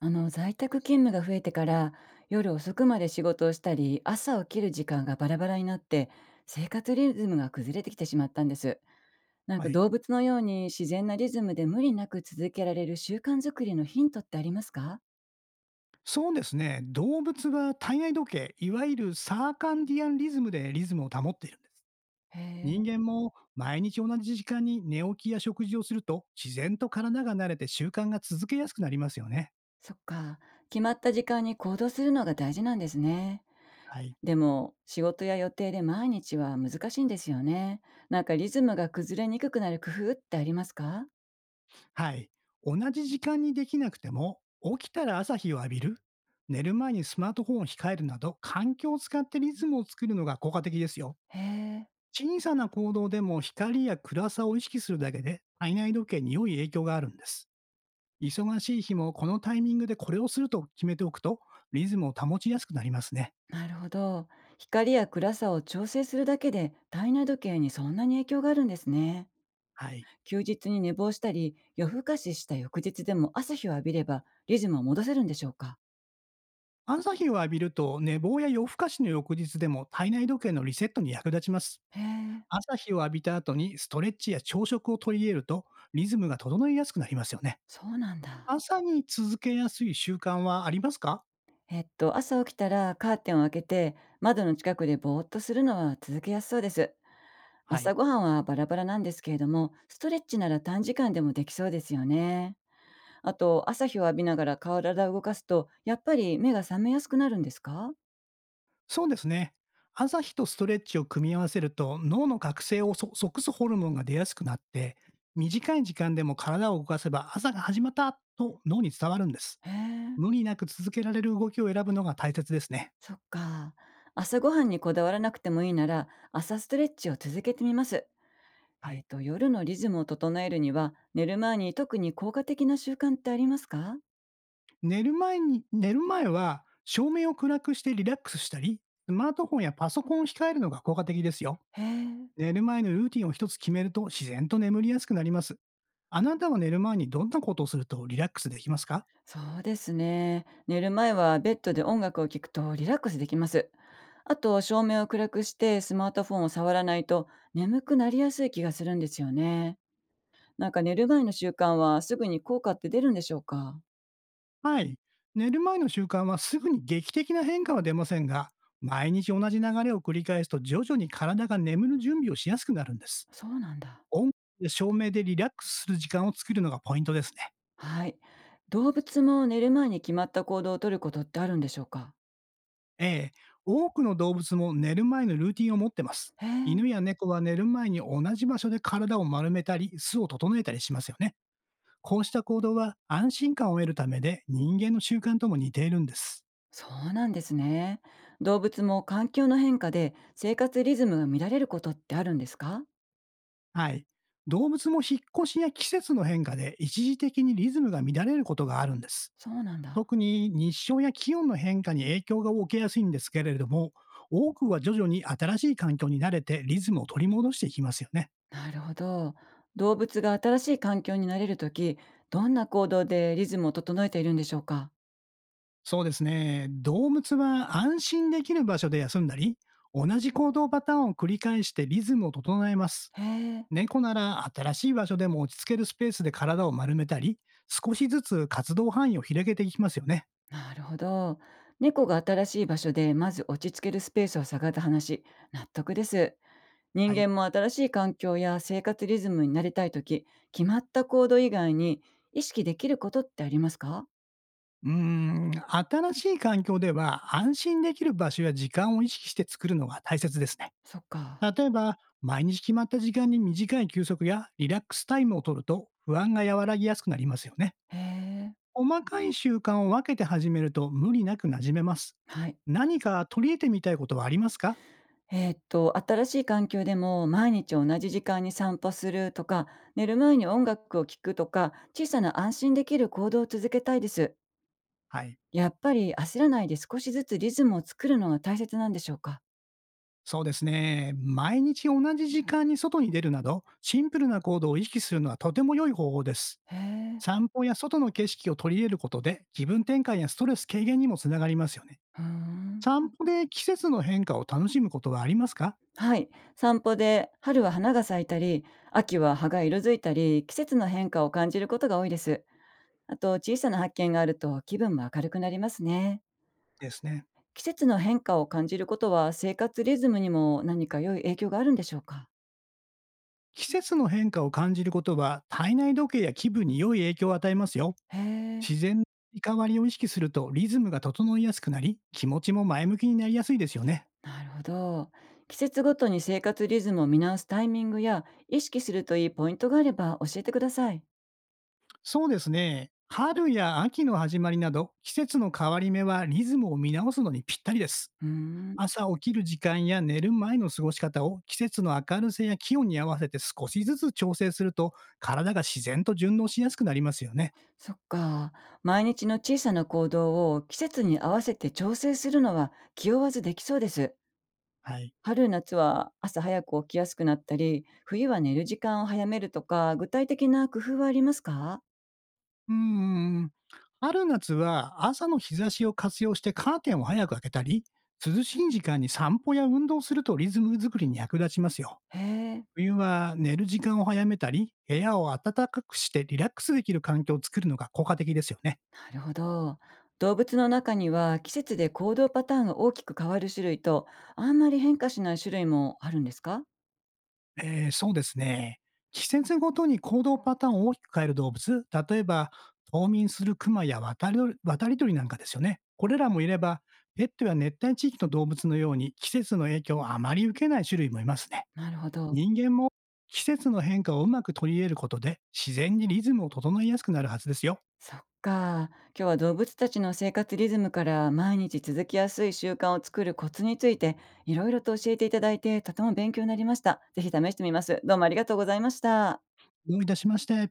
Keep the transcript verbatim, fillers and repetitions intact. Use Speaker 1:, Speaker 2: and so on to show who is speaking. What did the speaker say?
Speaker 1: あの在宅勤務が増えてから夜遅くまで仕事をしたり朝起きる時間がバラバラになって生活リズムが崩れてきてしまったんです。なん
Speaker 2: は
Speaker 1: か
Speaker 2: い。
Speaker 1: 動物のように自然なリズムで無理なく続けられる習慣づくりのヒントってありますか？
Speaker 2: そうですね。動物は体内時計、いわゆるサーカンディアンリズムでリズムを保っているんです。
Speaker 1: へえ。
Speaker 2: 人間も毎日同じ時間に寝起きや食事をすると、自然と体が慣れて習慣が続けやすくなりますよね。
Speaker 1: そっか。決まった時間に行動するのが大事なんですね。
Speaker 2: はい。
Speaker 1: でも仕事や予定で毎日は難しいんですよね。なんかリズムが崩れにくくなる工夫ってありますか？
Speaker 2: はい。同じ時間にできなくても、起きたら朝日を浴びる、寝る前にスマートフォンを控えるなど、環境を使ってリズムを作るのが効果的ですよ。
Speaker 1: へえ。
Speaker 2: 小さな行動でも光や暗さを意識するだけで、体内時計に良い影響があるんです。忙しい日もこのタイミングでこれをすると決めておくと、リズムを保ちやすくなりますね。
Speaker 1: なるほど。光や暗さを調整するだけで体内時計にそんなに影響があるんですね。
Speaker 2: はい。
Speaker 1: 休日に寝坊したり、夜更かしした翌日でも朝日を浴びればリズムを戻せるんでしょうか？
Speaker 2: 朝日を浴びると寝坊や夜更かしの翌日でも体内時計のリセットに役立ちます。
Speaker 1: へえ、
Speaker 2: 朝日を浴びた後にストレッチや朝食を取り入れるとリズムが整いやすくなりますよね。
Speaker 1: そうなんだ。
Speaker 2: 朝に続けやすい習慣はありますか？
Speaker 1: えっと、朝起きたらカーテンを開けて窓の近くでぼーっとするのは続けやすそうです。
Speaker 2: はい。
Speaker 1: 朝ごはんはバラバラなんですけれども、ストレッチなら短時間でもできそうですよね。あと、朝日を浴びながら体を動かすと、やっぱり目が覚めやすくなるんですか？
Speaker 2: そうですね。朝日とストレッチを組み合わせると脳の覚醒をそ即すホルモンが出やすくなって、短い時間でも体を動かせば朝が始まったと脳に伝わるんです。
Speaker 1: へえ、
Speaker 2: 無理なく続けられる動きを選ぶのが大切ですね。
Speaker 1: そっか。朝ごはんにこだわらなくてもいいなら、朝ストレッチを続けてみます。
Speaker 2: は
Speaker 1: え
Speaker 2: い、
Speaker 1: っ、と、夜のリズムを整えるには、寝る前に特に効果的な習慣ってありますか？
Speaker 2: 寝る前に寝る前は照明を暗くしてリラックスしたり、スマートフォンやパソコンを控えるのが効果的ですよ。
Speaker 1: へえ、
Speaker 2: 寝る前のルーティンを一つ決めると自然と眠りやすくなります。あなたは寝る前にどんなことをするとリラックスできますか？
Speaker 1: そうですね。寝る前はベッドで音楽を聴くとリラックスできます。あと、照明を暗くしてスマートフォンを触らないと眠くなりやすい気がするんですよね。なんか寝る前の習慣はすぐに効果って出るんでしょうか？
Speaker 2: はい。寝る前の習慣はすぐに劇的な変化は出ませんが、毎日同じ流れを繰り返すと徐々に体が眠る準備をしやすくなるんです。
Speaker 1: そうなんだ。
Speaker 2: 音楽や照明でリラックスする時間を作るのがポイントですね。
Speaker 1: はい。動物も寝る前に決まった行動をとることってあるんでしょうか？
Speaker 2: ええ、多くの動物も寝る前のルーティンを持ってます。
Speaker 1: へ
Speaker 2: 犬
Speaker 1: え、
Speaker 2: や猫は寝る前に同じ場所で体を丸めたり、巣を整えたりしますよね。こうした行動は安心感を得るためで、人間の習慣とも似ているんです。
Speaker 1: そうなんですね。動物も環境の変化で生活リズムが乱れることってあるんですか？
Speaker 2: はい。動物も引っ越しや季節の変化で一時的にリズムが乱れることがあるんです。
Speaker 1: そうなんだ。
Speaker 2: 特に日照や気温の変化に影響が受けやすいんですけれども、多くは徐々に新しい環境に慣れてリズムを取り戻していきますよね。
Speaker 1: なるほど。動物が新しい環境に慣れるとき、どんな行動でリズムを整えているんでしょうか？
Speaker 2: そうですね。動物は安心できる場所で休んだり、同じ行動パターンを繰り返してリズムを整えます。
Speaker 1: へえ、
Speaker 2: 猫なら新しい場所でも落ち着けるスペースで体を丸めたり、少しずつ活動範囲を広げていきますよね。
Speaker 1: なるほど。猫が新しい場所でまず落ち着けるスペースを探った話、納得です。人
Speaker 2: はい。
Speaker 1: 間も新しい環境や生活リズムになりたいとき、決まった行動以外に意識できることってありますか？
Speaker 2: うーん、新しい環境では安心できる場所や時間を意識して作るのが大切ですね。
Speaker 1: そっか。
Speaker 2: 例えば、毎日決まった時間に短い休息やリラックスタイムを取ると不安が和らぎやすくなりますよね。
Speaker 1: へえ。
Speaker 2: 細かい習慣を分けて始めると無理なく馴染めます。
Speaker 1: はい。
Speaker 2: 何か取り入れてみたいことはありますか？
Speaker 1: えーっと、新しい環境でも毎日同じ時間に散歩するとか、寝る前に音楽を聴くとか、小さな安心できる行動を続けたいです。
Speaker 2: はい。
Speaker 1: やっぱり焦らないで少しずつリズムを作るのが大切なんでしょうか？
Speaker 2: そうですね。毎日同じ時間に外に出るなど、シンプルな行動を意識するのはとても良い方法です。
Speaker 1: へえ。
Speaker 2: 散歩や外の景色を取り入れることで、気分転換やストレス軽減にもつながりますよね。
Speaker 1: ふーん。
Speaker 2: 散歩で季節の変化を楽しむことはありますか？
Speaker 1: はい。散歩で春は花が咲いたり、秋は葉が色づいたり、季節の変化を感じることが多いです。あと、小さな発見があると気分も明るくなりますね。
Speaker 2: ですね。
Speaker 1: 季節の変化を感じることは生活リズムにも何か良い影響があるんでしょうか？
Speaker 2: 季節の変化を感じることは、体内時計や気分に良い影響を与えますよ。
Speaker 1: へえ、
Speaker 2: 自然のリカバリを意識するとリズムが整いやすくなり、気持ちも前向きになりやすいですよね。
Speaker 1: なるほど。季節ごとに生活リズムを見直すタイミングや意識するといいポイントがあれば教えてください。
Speaker 2: そうですね。春や秋の始まりなど、季節の変わり目はリズムを見直すのにぴったりです。
Speaker 1: うーん。
Speaker 2: 朝起きる時間や寝る前の過ごし方を季節の明るさや気温に合わせて少しずつ調整すると、体が自然と順応しやすくなりますよね。
Speaker 1: そっか。毎日の小さな行動を季節に合わせて調整するのは気負わずできそうです。
Speaker 2: はい。
Speaker 1: 春夏は朝早く起きやすくなったり、冬は寝る時間を早めるとか、具体的な工夫はありますか？
Speaker 2: うーん。春夏は朝の日差しを活用してカーテンを早く開けたり、涼しい時間に散歩や運動するとリズム作りに役立ちますよ。
Speaker 1: へえ、な
Speaker 2: 冬は寝る時間を早めたり、部屋を暖かくしてリラックスできる環境を作るのが効果的ですよね。
Speaker 1: るほど。動物の中には季節で行動パターンが大きく変わる種類と、あんまり変化しない種類もあるんですか？
Speaker 2: えー、そうですね。季節ごとに行動パターンを大きく変える動物、例えば冬眠するクマや渡り鳥渡り鳥なんかですよね。これらもいれば、ペットや熱帯地域の動物のように季節の影響をあまり受けない種類もいますね。
Speaker 1: なるほど。
Speaker 2: 人間も季節の変化をうまく取り入れることで、自然にリズムを整えやすくなるはずですよ。
Speaker 1: そっか。今日は動物たちの生活リズムから毎日続きやすい習慣を作るコツについていろいろと教えていただいてとても勉強になりました。ぜひ試してみます。どうもありがとうございました。
Speaker 2: どういたしまして。